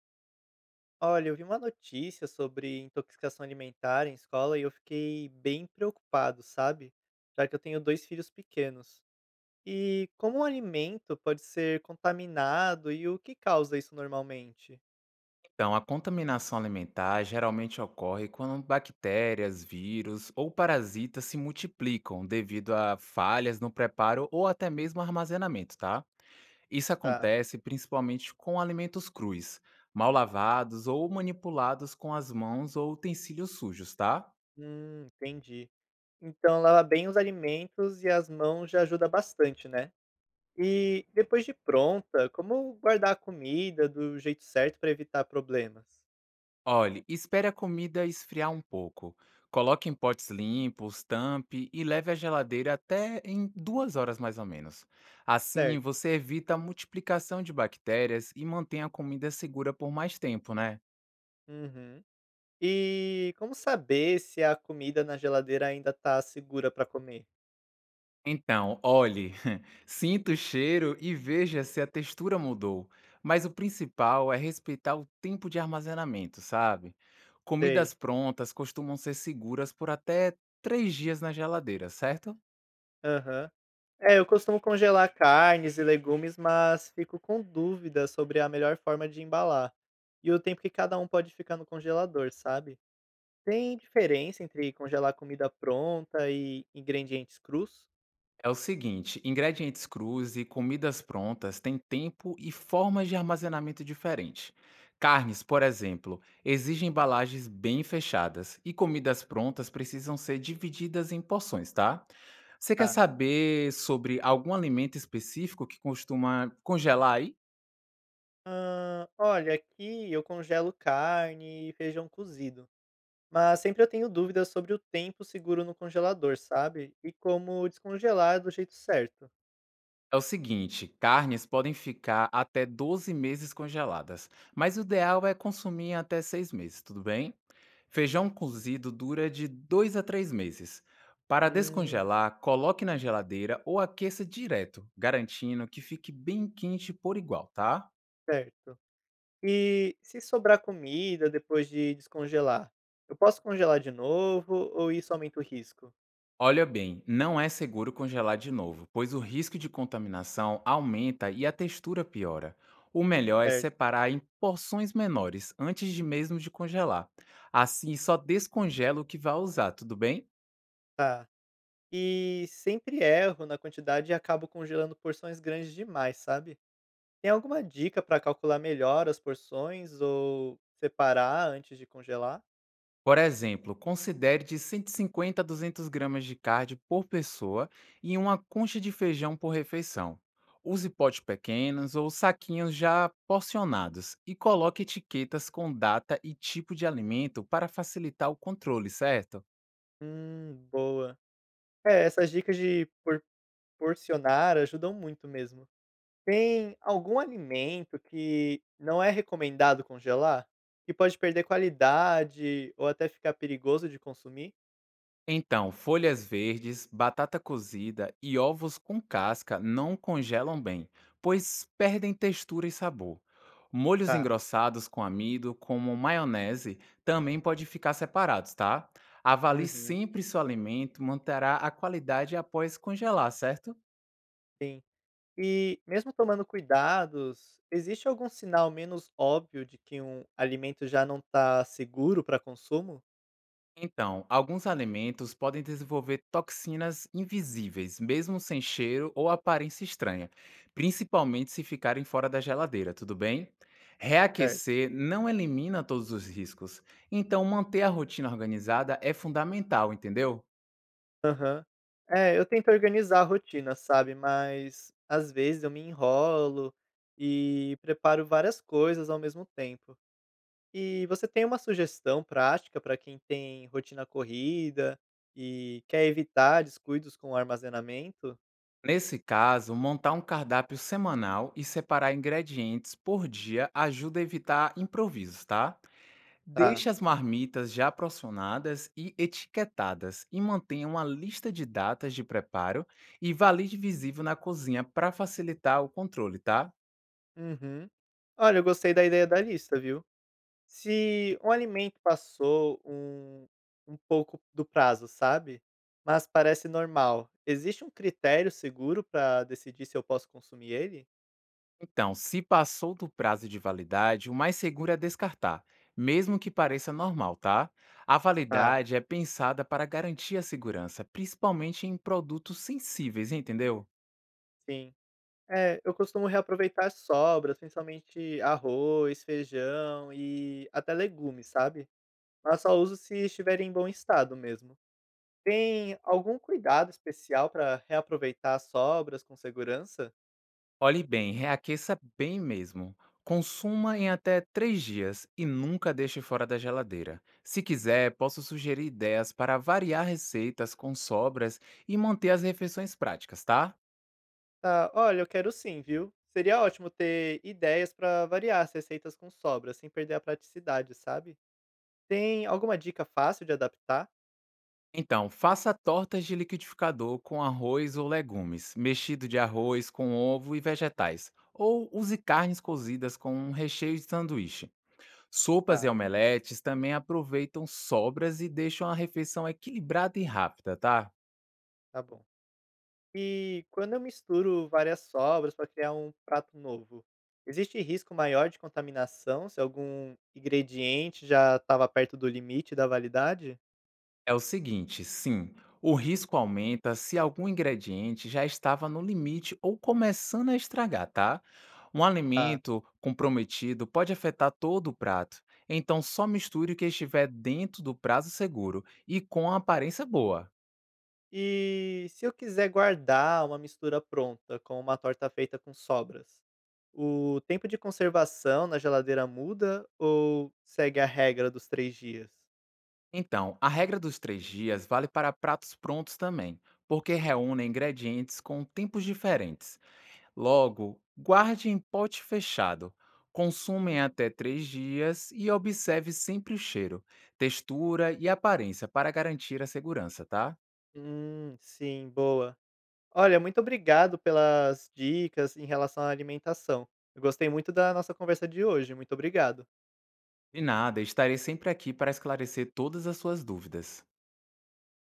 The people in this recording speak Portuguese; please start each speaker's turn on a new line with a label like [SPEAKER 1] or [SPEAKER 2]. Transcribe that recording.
[SPEAKER 1] Olha, eu vi uma notícia sobre intoxicação alimentar em escola e eu fiquei bem preocupado, sabe? Já que eu tenho dois filhos pequenos. E como um alimento pode ser contaminado e o que causa isso normalmente?
[SPEAKER 2] Então, a contaminação alimentar geralmente ocorre quando bactérias, vírus ou parasitas se multiplicam devido a falhas no preparo ou até mesmo armazenamento, tá? Isso
[SPEAKER 1] Tá.
[SPEAKER 2] acontece principalmente com alimentos crus, mal lavados ou manipulados com as mãos ou utensílios sujos, tá?
[SPEAKER 1] Entendi. Então, lavar bem os alimentos e as mãos já ajuda bastante, né? E depois de pronta, como guardar a comida do jeito certo para evitar problemas?
[SPEAKER 2] Olhe, espere a comida esfriar um pouco. Coloque em potes limpos, tampe e leve à geladeira até em 2 horas mais ou menos. Assim,
[SPEAKER 1] Certo.
[SPEAKER 2] você evita a multiplicação de bactérias e mantém a comida segura por mais tempo, né?
[SPEAKER 1] Uhum. E como saber se a comida na geladeira ainda tá segura pra comer?
[SPEAKER 2] Então, olhe, sinta o cheiro e veja se a textura mudou. Mas o principal é respeitar o tempo de armazenamento, sabe? Comidas
[SPEAKER 1] Sei.
[SPEAKER 2] prontas costumam ser seguras por até 3 dias na geladeira, certo?
[SPEAKER 1] Aham. É, eu costumo congelar carnes e legumes, mas fico com dúvida sobre a melhor forma de embalar. E o tempo que cada um pode ficar no congelador, sabe? Tem diferença entre congelar comida pronta e ingredientes crus?
[SPEAKER 2] É o seguinte, ingredientes crus e comidas prontas têm tempo e formas de armazenamento diferentes. Carnes, por exemplo, exigem embalagens bem fechadas e comidas prontas precisam ser divididas em porções, tá? Você quer
[SPEAKER 1] Tá.
[SPEAKER 2] saber sobre algum alimento específico que costuma congelar aí?
[SPEAKER 1] Olha, aqui eu congelo carne e feijão cozido. Mas sempre eu tenho dúvidas sobre o tempo seguro no congelador, sabe? E como descongelar do jeito certo.
[SPEAKER 2] É o seguinte, carnes podem ficar até 12 meses congeladas, mas o ideal é consumir em até 6 meses, tudo bem? Feijão cozido dura de 2 a 3 meses. Para
[SPEAKER 1] Hum,
[SPEAKER 2] descongelar, coloque na geladeira ou aqueça direto, garantindo que fique bem quente por igual, tá?
[SPEAKER 1] Certo. E se sobrar comida depois de descongelar, eu posso congelar de novo ou isso aumenta o risco?
[SPEAKER 2] Olha bem, não é seguro congelar de novo, pois o risco de contaminação aumenta e a textura piora. O melhor é
[SPEAKER 1] Certo,
[SPEAKER 2] separar em porções menores antes de mesmo de congelar. Assim, só descongela o que vai usar, tudo bem?
[SPEAKER 1] tá. E sempre erro na quantidade e acabo congelando porções grandes demais, sabe? Tem alguma dica para calcular melhor as porções ou separar antes de congelar?
[SPEAKER 2] Por exemplo, considere de 150 a 200 gramas de carne por pessoa e uma concha de feijão por refeição. Use potes pequenos ou saquinhos já porcionados e coloque etiquetas com data e tipo de alimento para facilitar o controle, certo?
[SPEAKER 1] Boa. É, essas dicas de porcionar ajudam muito mesmo. Tem algum alimento que não é recomendado congelar? Que pode perder qualidade ou até ficar perigoso de consumir?
[SPEAKER 2] Então, folhas verdes, batata cozida e ovos com casca não congelam bem, pois perdem textura e sabor. Molhos
[SPEAKER 1] Tá.
[SPEAKER 2] engrossados com amido, como maionese, também pode ficar separados, tá? Avalie
[SPEAKER 1] Uhum.
[SPEAKER 2] sempre se o alimento manterá a qualidade após congelar, certo?
[SPEAKER 1] Sim. E mesmo tomando cuidados, existe algum sinal menos óbvio de que um alimento já não está seguro para consumo?
[SPEAKER 2] Então, alguns alimentos podem desenvolver toxinas invisíveis, mesmo sem cheiro ou aparência estranha, principalmente se ficarem fora da geladeira, tudo bem?
[SPEAKER 1] Certo.
[SPEAKER 2] Reaquecer não elimina todos os riscos, então manter a rotina organizada é fundamental, entendeu?
[SPEAKER 1] Aham. É, eu tento organizar a rotina, sabe? Mas às vezes eu me enrolo e preparo várias coisas ao mesmo tempo. E você tem uma sugestão prática para quem tem rotina corrida e quer evitar descuidos com o armazenamento?
[SPEAKER 2] Nesse caso, montar um cardápio semanal e separar ingredientes por dia ajuda a evitar improvisos, tá?
[SPEAKER 1] Tá.
[SPEAKER 2] Deixe as marmitas já porcionadas e etiquetadas e mantenha uma lista de datas de preparo e valide visível na cozinha para facilitar o controle, tá?
[SPEAKER 1] Uhum. Olha, eu gostei da ideia da lista, viu? Se um alimento passou um pouco do prazo, sabe? Mas parece normal, existe um critério seguro para decidir se eu posso consumir ele?
[SPEAKER 2] Então, se passou do prazo de validade, o mais seguro é descartar, mesmo que pareça normal, tá? A
[SPEAKER 1] Tá,
[SPEAKER 2] validade é pensada para garantir a segurança, principalmente em produtos sensíveis, entendeu?
[SPEAKER 1] sim. É, eu costumo reaproveitar sobras, principalmente arroz, feijão e até legumes, sabe? Mas só uso se estiver em bom estado mesmo. Tem algum cuidado especial para reaproveitar as sobras com segurança?
[SPEAKER 2] Olhe bem, reaqueça bem mesmo. Consuma em até 3 dias e nunca deixe fora da geladeira. Se quiser, posso sugerir ideias para variar receitas com sobras e manter as refeições práticas, tá?
[SPEAKER 1] Tá, olha, eu quero sim, viu? Seria ótimo ter ideias para variar as receitas com sobras, sem perder a praticidade, sabe? Tem alguma dica fácil de adaptar?
[SPEAKER 2] Então, faça tortas de liquidificador com arroz ou legumes, mexido de arroz com ovo e vegetais, ou use carnes cozidas com um recheio de sanduíche. Sopas e
[SPEAKER 1] Tá,
[SPEAKER 2] omeletes também aproveitam sobras e deixam a refeição equilibrada e rápida, tá?
[SPEAKER 1] tá bom. E quando eu misturo várias sobras para criar um prato novo, existe risco maior de contaminação se algum ingrediente já estava perto do limite da validade?
[SPEAKER 2] É o seguinte, sim, o risco aumenta se algum ingrediente já estava no limite ou começando a estragar, tá? Um
[SPEAKER 1] Tá.
[SPEAKER 2] alimento comprometido pode afetar todo o prato, então só misture o que estiver dentro do prazo seguro e com a aparência boa.
[SPEAKER 1] E se eu quiser guardar uma mistura pronta com uma torta feita com sobras, o tempo de conservação na geladeira muda ou segue a regra dos 3 dias?
[SPEAKER 2] Então, a regra dos 3 dias vale para pratos prontos também, porque reúnem ingredientes com tempos diferentes. Logo, guarde em pote fechado. Consuma em até três dias e observe sempre o cheiro, textura e aparência para garantir a segurança, tá?
[SPEAKER 1] Sim, boa. Olha, muito obrigado pelas dicas em relação à alimentação. Eu gostei muito da nossa conversa de hoje. Muito obrigado.
[SPEAKER 2] De nada, estarei sempre aqui para esclarecer todas as suas dúvidas.